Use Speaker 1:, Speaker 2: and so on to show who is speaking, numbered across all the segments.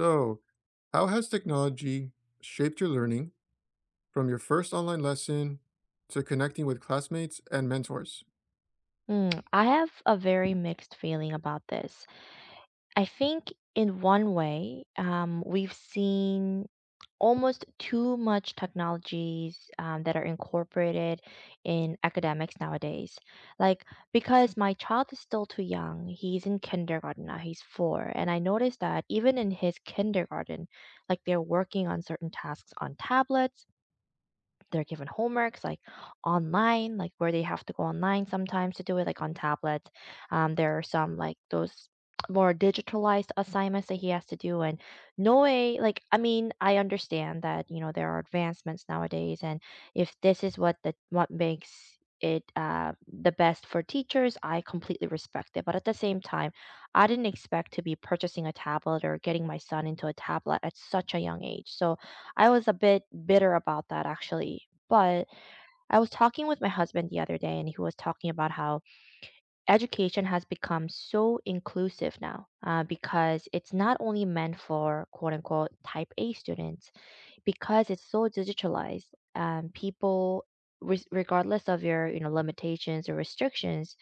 Speaker 1: So, how has technology shaped your learning from your first online lesson to connecting with classmates and mentors?
Speaker 2: I have a very mixed feeling about this. I think, in one way, we've seen almost too much technologies that are incorporated in academics nowadays. Like, because my child is still too young, he's in kindergarten now, he's four, and I noticed that even in his kindergarten, like they're working on certain tasks on tablets, they're given homeworks like online, like where they have to go online sometimes to do it, like on tablets. There are some like those more digitalized assignments that he has to do. And no way, like, I mean, I understand that, there are advancements nowadays. And if this is what the what makes it the best for teachers, I completely respect it. But at the same time, I didn't expect to be purchasing a tablet or getting my son into a tablet at such a young age. So I was a bit bitter about that actually. But I was talking with my husband the other day, and he was talking about how education has become so inclusive now because it's not only meant for quote unquote type A students, because it's so digitalized, people, regardless of your limitations or restrictions,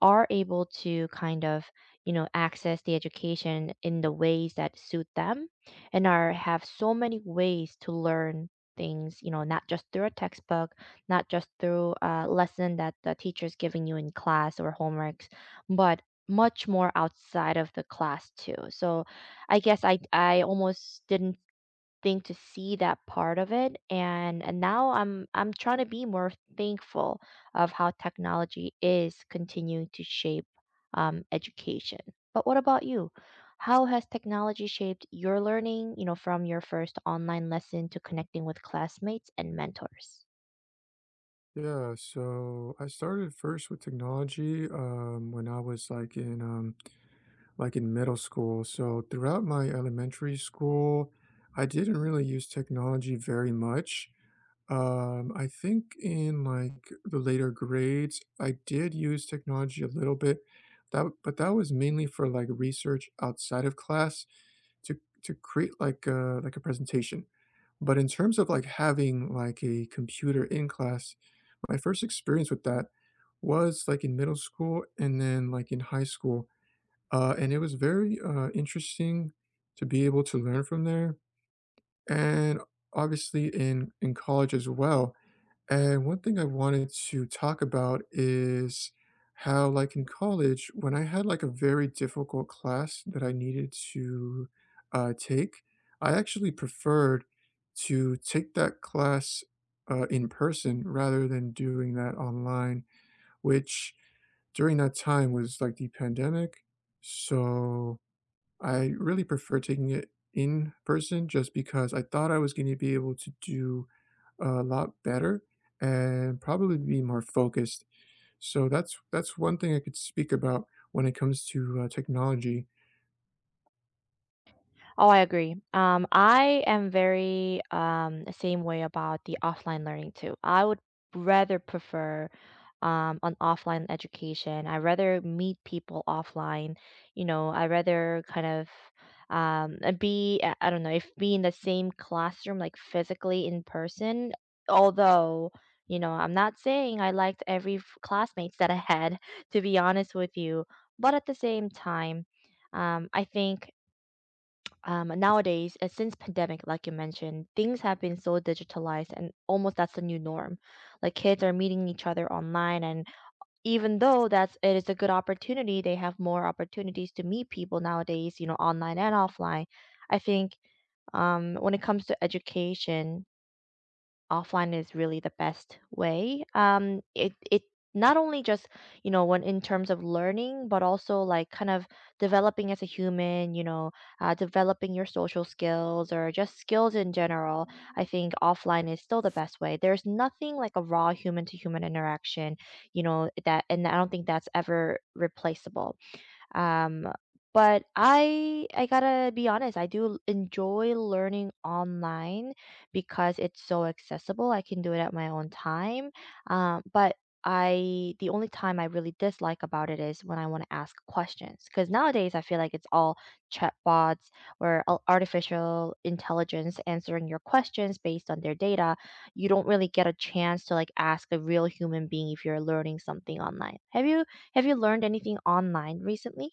Speaker 2: are able to kind of, access the education in the ways that suit them, and are have so many ways to learn things, not just through a textbook, not just through a lesson that the teacher's giving you in class or homeworks, but much more outside of the class too. So I guess I almost didn't thing to see that part of it, and now I'm trying to be more thankful of how technology is continuing to shape education. But what about you? How has technology shaped your learning, from your first online lesson to connecting with classmates and mentors?
Speaker 1: Yeah, so I started first with technology when I was like in middle school. So throughout my elementary school, I didn't really use technology very much. I think in like the later grades, I did use technology a little bit. That but that was mainly for like research outside of class to to create like a presentation. But in terms of like having like a computer in class, my first experience with that was like in middle school and then like in high school. And it was very interesting to be able to learn from there. And obviously in college as well, and one thing I wanted to talk about is how, like in college, when I had like a very difficult class that I needed to take, I actually preferred to take that class in person rather than doing that online, which during that time was like the pandemic. So I really prefer taking it in person just because I thought I was going to be able to do a lot better and probably be more focused. So that's one thing I could speak about when it comes to technology.
Speaker 2: Oh, I agree. I am very the same way about the offline learning too. I would rather prefer an offline education. I rather meet people offline. I rather kind of be I don't know if be in the same classroom, like physically in person. Although, I'm not saying I liked every classmates that I had. To be honest with you, but at the same time. I think nowadays, since pandemic, like you mentioned, things have been so digitalized, and almost that's the new norm. Like, kids are meeting each other online, and even though that's it is a good opportunity, they have more opportunities to meet people nowadays, online and offline. I think when it comes to education, offline is really the best way. It not only just when in terms of learning, but also like kind of developing as a human. Developing your social skills or just skills in general. I think offline is still the best way. There's nothing like a raw human to human interaction. You know that, and I don't think that's ever replaceable. Um, but I gotta be honest, I do enjoy learning online because it's so accessible. I can do it at my own time. But I the only time I really dislike about it is when I want to ask questions, because nowadays I feel like it's all chatbots or artificial intelligence answering your questions based on their data. You don't really get a chance to like ask a real human being if you're learning something online. Have you learned anything online recently?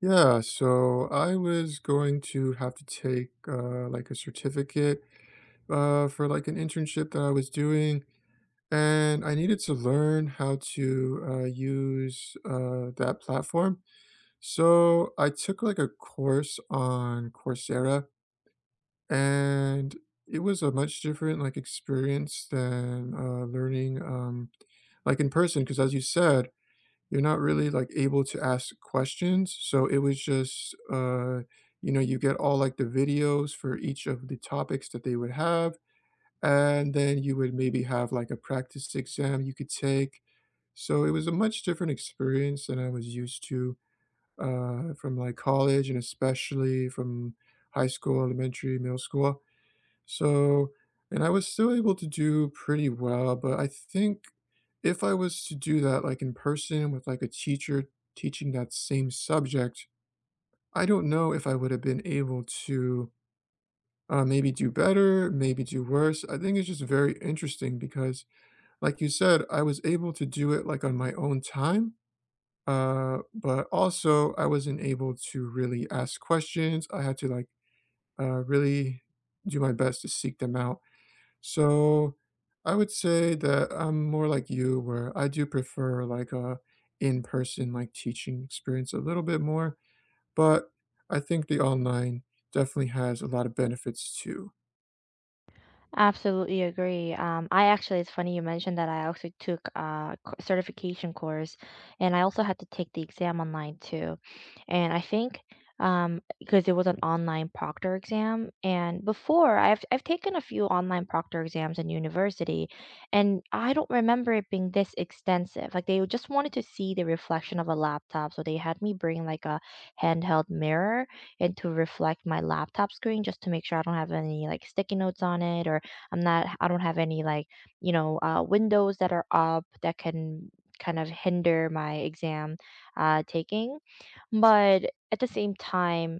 Speaker 1: Yeah, so I was going to have to take like a certificate for like an internship that I was doing, and I needed to learn how to use that platform. So I took like a course on Coursera, and it was a much different like experience than learning like in person. Because as you said, you're not really like able to ask questions. So it was just you know you get all like the videos for each of the topics that they would have, and then you would maybe have like a practice exam you could take. So it was a much different experience than I was used to from like college and especially from high school, elementary, middle school. So, and I was still able to do pretty well, but I think if I was to do that like in person with like a teacher teaching that same subject, I don't know if I would have been able to maybe do better, maybe do worse. I think it's just very interesting because, like you said, I was able to do it like on my own time, but also I wasn't able to really ask questions. I had to like really do my best to seek them out. So I would say that I'm more like you, where I do prefer like a in-person like teaching experience a little bit more. But I think the online definitely has a lot of benefits too.
Speaker 2: Absolutely agree. I actually, it's funny you mentioned that, I also took a certification course, and I also had to take the exam online too. And I think because it was an online proctor exam. And before, I've taken a few online proctor exams in university, and I don't remember it being this extensive. Like, they just wanted to see the reflection of a laptop. So they had me bring like a handheld mirror and to reflect my laptop screen, just to make sure I don't have any like sticky notes on it, or I don't have any like, windows that are up that can kind of hinder my exam taking. But at the same time,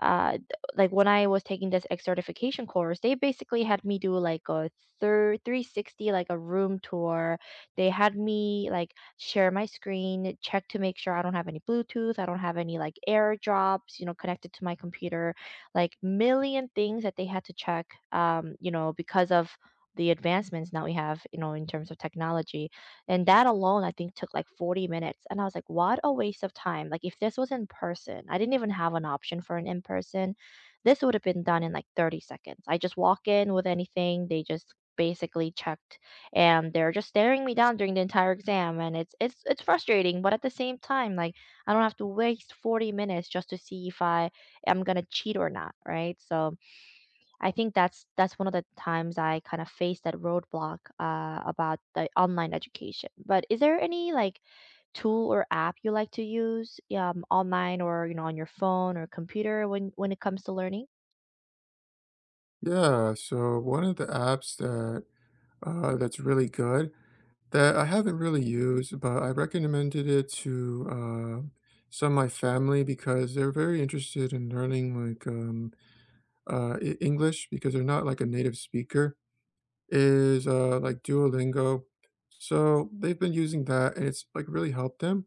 Speaker 2: uh th- like when I was taking this X certification course, they basically had me do like a thir 360, like a room tour. They had me like share my screen, check to make sure I don't have any Bluetooth, I don't have any like AirDrops, connected to my computer, like million things that they had to check, because of the advancements now we have, in terms of technology. And that alone, I think, took like 40 minutes. And I was like, what a waste of time. Like, if this was in person — I didn't even have an option for an in person — this would have been done in like 30 seconds. I just walk in with anything. They just basically checked and they're just staring me down during the entire exam, and it's frustrating. But at the same time, like, I don't have to waste 40 minutes just to see if I am going to cheat or not, right? So I think that's one of the times I kind of faced that roadblock about the online education. But is there any like tool or app you like to use, online, or on your phone or computer, when it comes to learning?
Speaker 1: Yeah. So one of the apps that that's really good, that I haven't really used, but I recommended it to, some of my family because they're very interested in learning, like, E English because they're not, like, a native speaker, is, like, Duolingo. So, they've been using that, and it's, like, really helped them,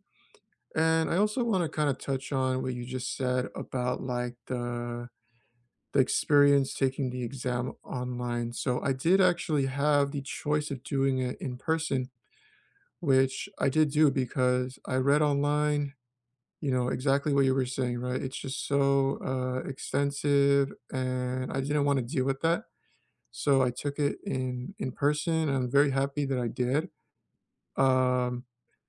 Speaker 1: and I also wanna kinda touch on what you just said about, like, the experience taking the exam online. So, I did actually have the choice of doing it in person, which I did do because I read online, you know, exactly what you were saying, right? It's just so, extensive, and I didn't wanna deal with that, so I took it in person, and I'm very happy that I did. Um,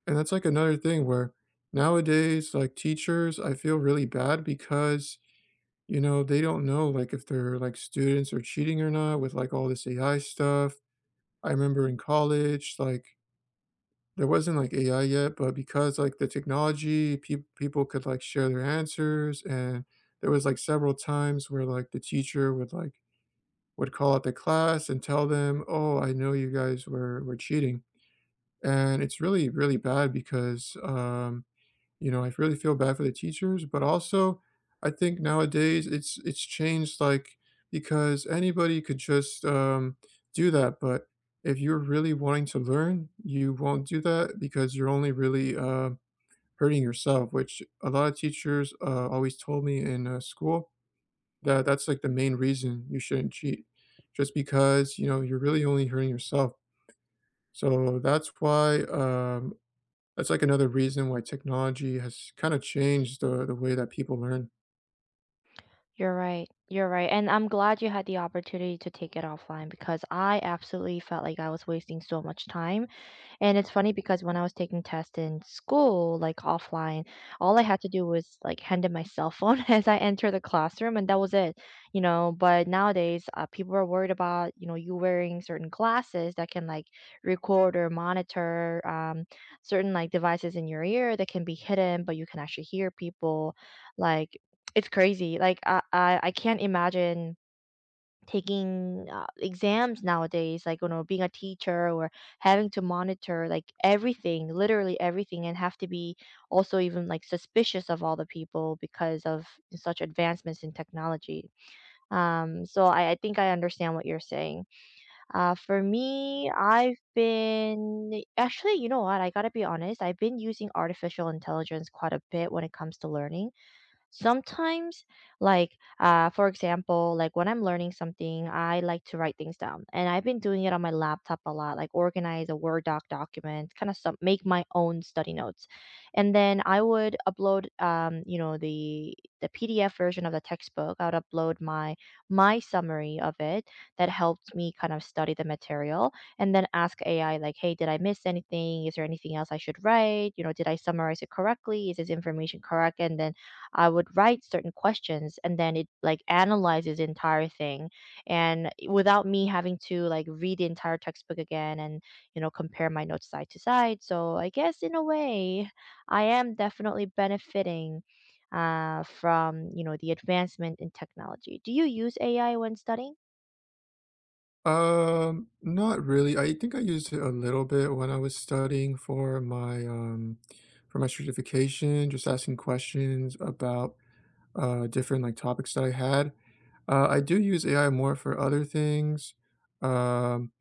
Speaker 1: and that's, like, another thing where nowadays, like, teachers, I feel really bad because, you know, they don't know, like, if their, like, students are cheating or not with, like, all this AI stuff. I remember in college, like, there wasn't, like, AI yet, but because, like, the technology, people could, like, share their answers, and there was, like, several times where, like, the teacher would, like, would call out the class and tell them, "Oh, I know you guys were cheating." And it's really, really bad because, you know, I really feel bad for the teachers, but also I think nowadays it's changed, like, because anybody could just do that, but if you're really wanting to learn, you won't do that because you're only really hurting yourself, which a lot of teachers always told me in school, that that's like the main reason you shouldn't cheat, just because you know you're really only hurting yourself. So that's why that's, like, another reason why technology has kinda changed the way that people learn.
Speaker 2: You're right. You're right. And I'm glad you had the opportunity to take it offline, because I absolutely felt like I was wasting so much time. And it's funny, because when I was taking tests in school, like offline, all I had to do was like hand in my cell phone as I enter the classroom, and that was it. But nowadays, people are worried about, you wearing certain glasses that can like record or monitor, certain like devices in your ear that can be hidden, but you can actually hear people. Like, it's crazy. Like, I can't imagine taking exams nowadays, like, being a teacher, or having to monitor like everything, literally everything, and have to be also even like suspicious of all the people because of such advancements in technology. So I think I understand what you're saying. For me, I've been, actually, you know what, I gotta be honest, I've been using artificial intelligence quite a bit when it comes to learning sometimes. Like, for example, like when I'm learning something I like to write things down, and I've been doing it on my laptop a lot, like organize a word document, kind of some make my own study notes. And then I would upload, the PDF version of the textbook, I would upload my summary of it. That helped me kind of study the material, and then ask AI like, hey, did I miss anything, is there anything else I should write, did I summarize it correctly, is this information correct? And then I would write certain questions, and then it like analyzes the entire thing, and without me having to like read the entire textbook again and compare my notes side to side. So I guess in a way, I am definitely benefiting from, the advancement in technology. Do you use AI when studying?
Speaker 1: Not really. I think I used it a little bit when I was studying for my certification, just asking questions about, different, like, topics that I had. I do use AI more for other things, um,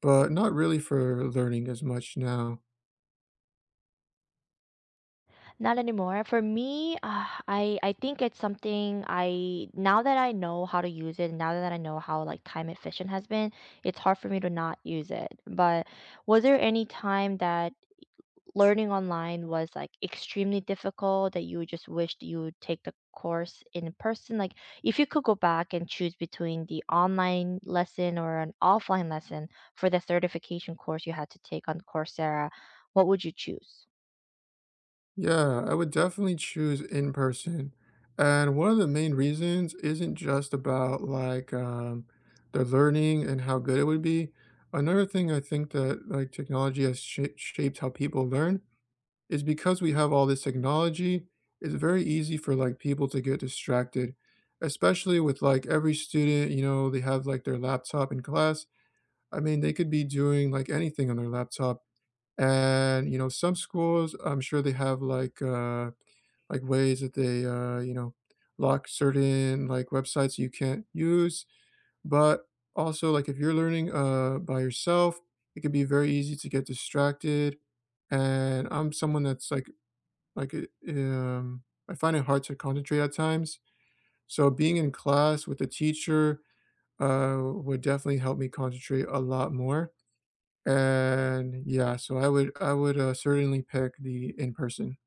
Speaker 1: but not really for learning as much now.
Speaker 2: Not anymore. For me, I think it's something I now that I know how to use it, and now that I know how like time efficient has been, it's hard for me to not use it. But was there any time that learning online was like extremely difficult that you just wished you would take the course in person? Like, if you could go back and choose between the online lesson or an offline lesson for the certification course you had to take on Coursera, what would you choose?
Speaker 1: Yeah, I would definitely choose in person. And one of the main reasons isn't just about like the learning and how good it would be. Another thing I think that like technology has sh shaped how people learn is because we have all this technology, it's very easy for like people to get distracted, especially with like every student, you know, they have like their laptop in class. I mean, they could be doing like anything on their laptop, and, you know, some schools, I'm sure they have like ways that they you know, lock certain like websites you can't use, but also like if you're learning by yourself, it can be very easy to get distracted. And I'm someone that's like like I find it hard to concentrate at times. So being in class with a teacher would definitely help me concentrate a lot more, and yeah, so I would certainly pick the in person.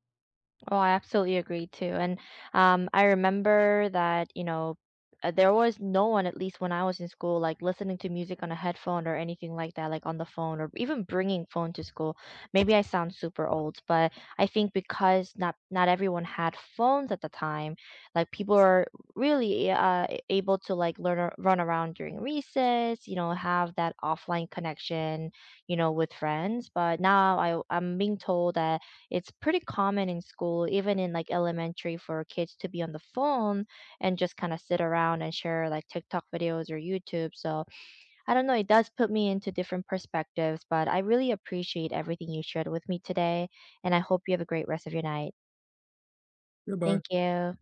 Speaker 2: Oh, I absolutely agree too. And I remember that, there was no one, at least when I was in school, like listening to music on a headphone or anything like that, like on the phone or even bringing phone to school. Maybe I sound super old, but I think because not everyone had phones at the time, like people were really able to like learn run around during recess, have that offline connection, with friends. But now I'm being told that it's pretty common in school, even in like elementary, for kids to be on the phone and just kind of sit around and share like TikTok videos or YouTube. So I don't know, it does put me into different perspectives, but I really appreciate everything you shared with me today. And I hope you have a great rest of your night.
Speaker 1: Goodbye.
Speaker 2: Thank you.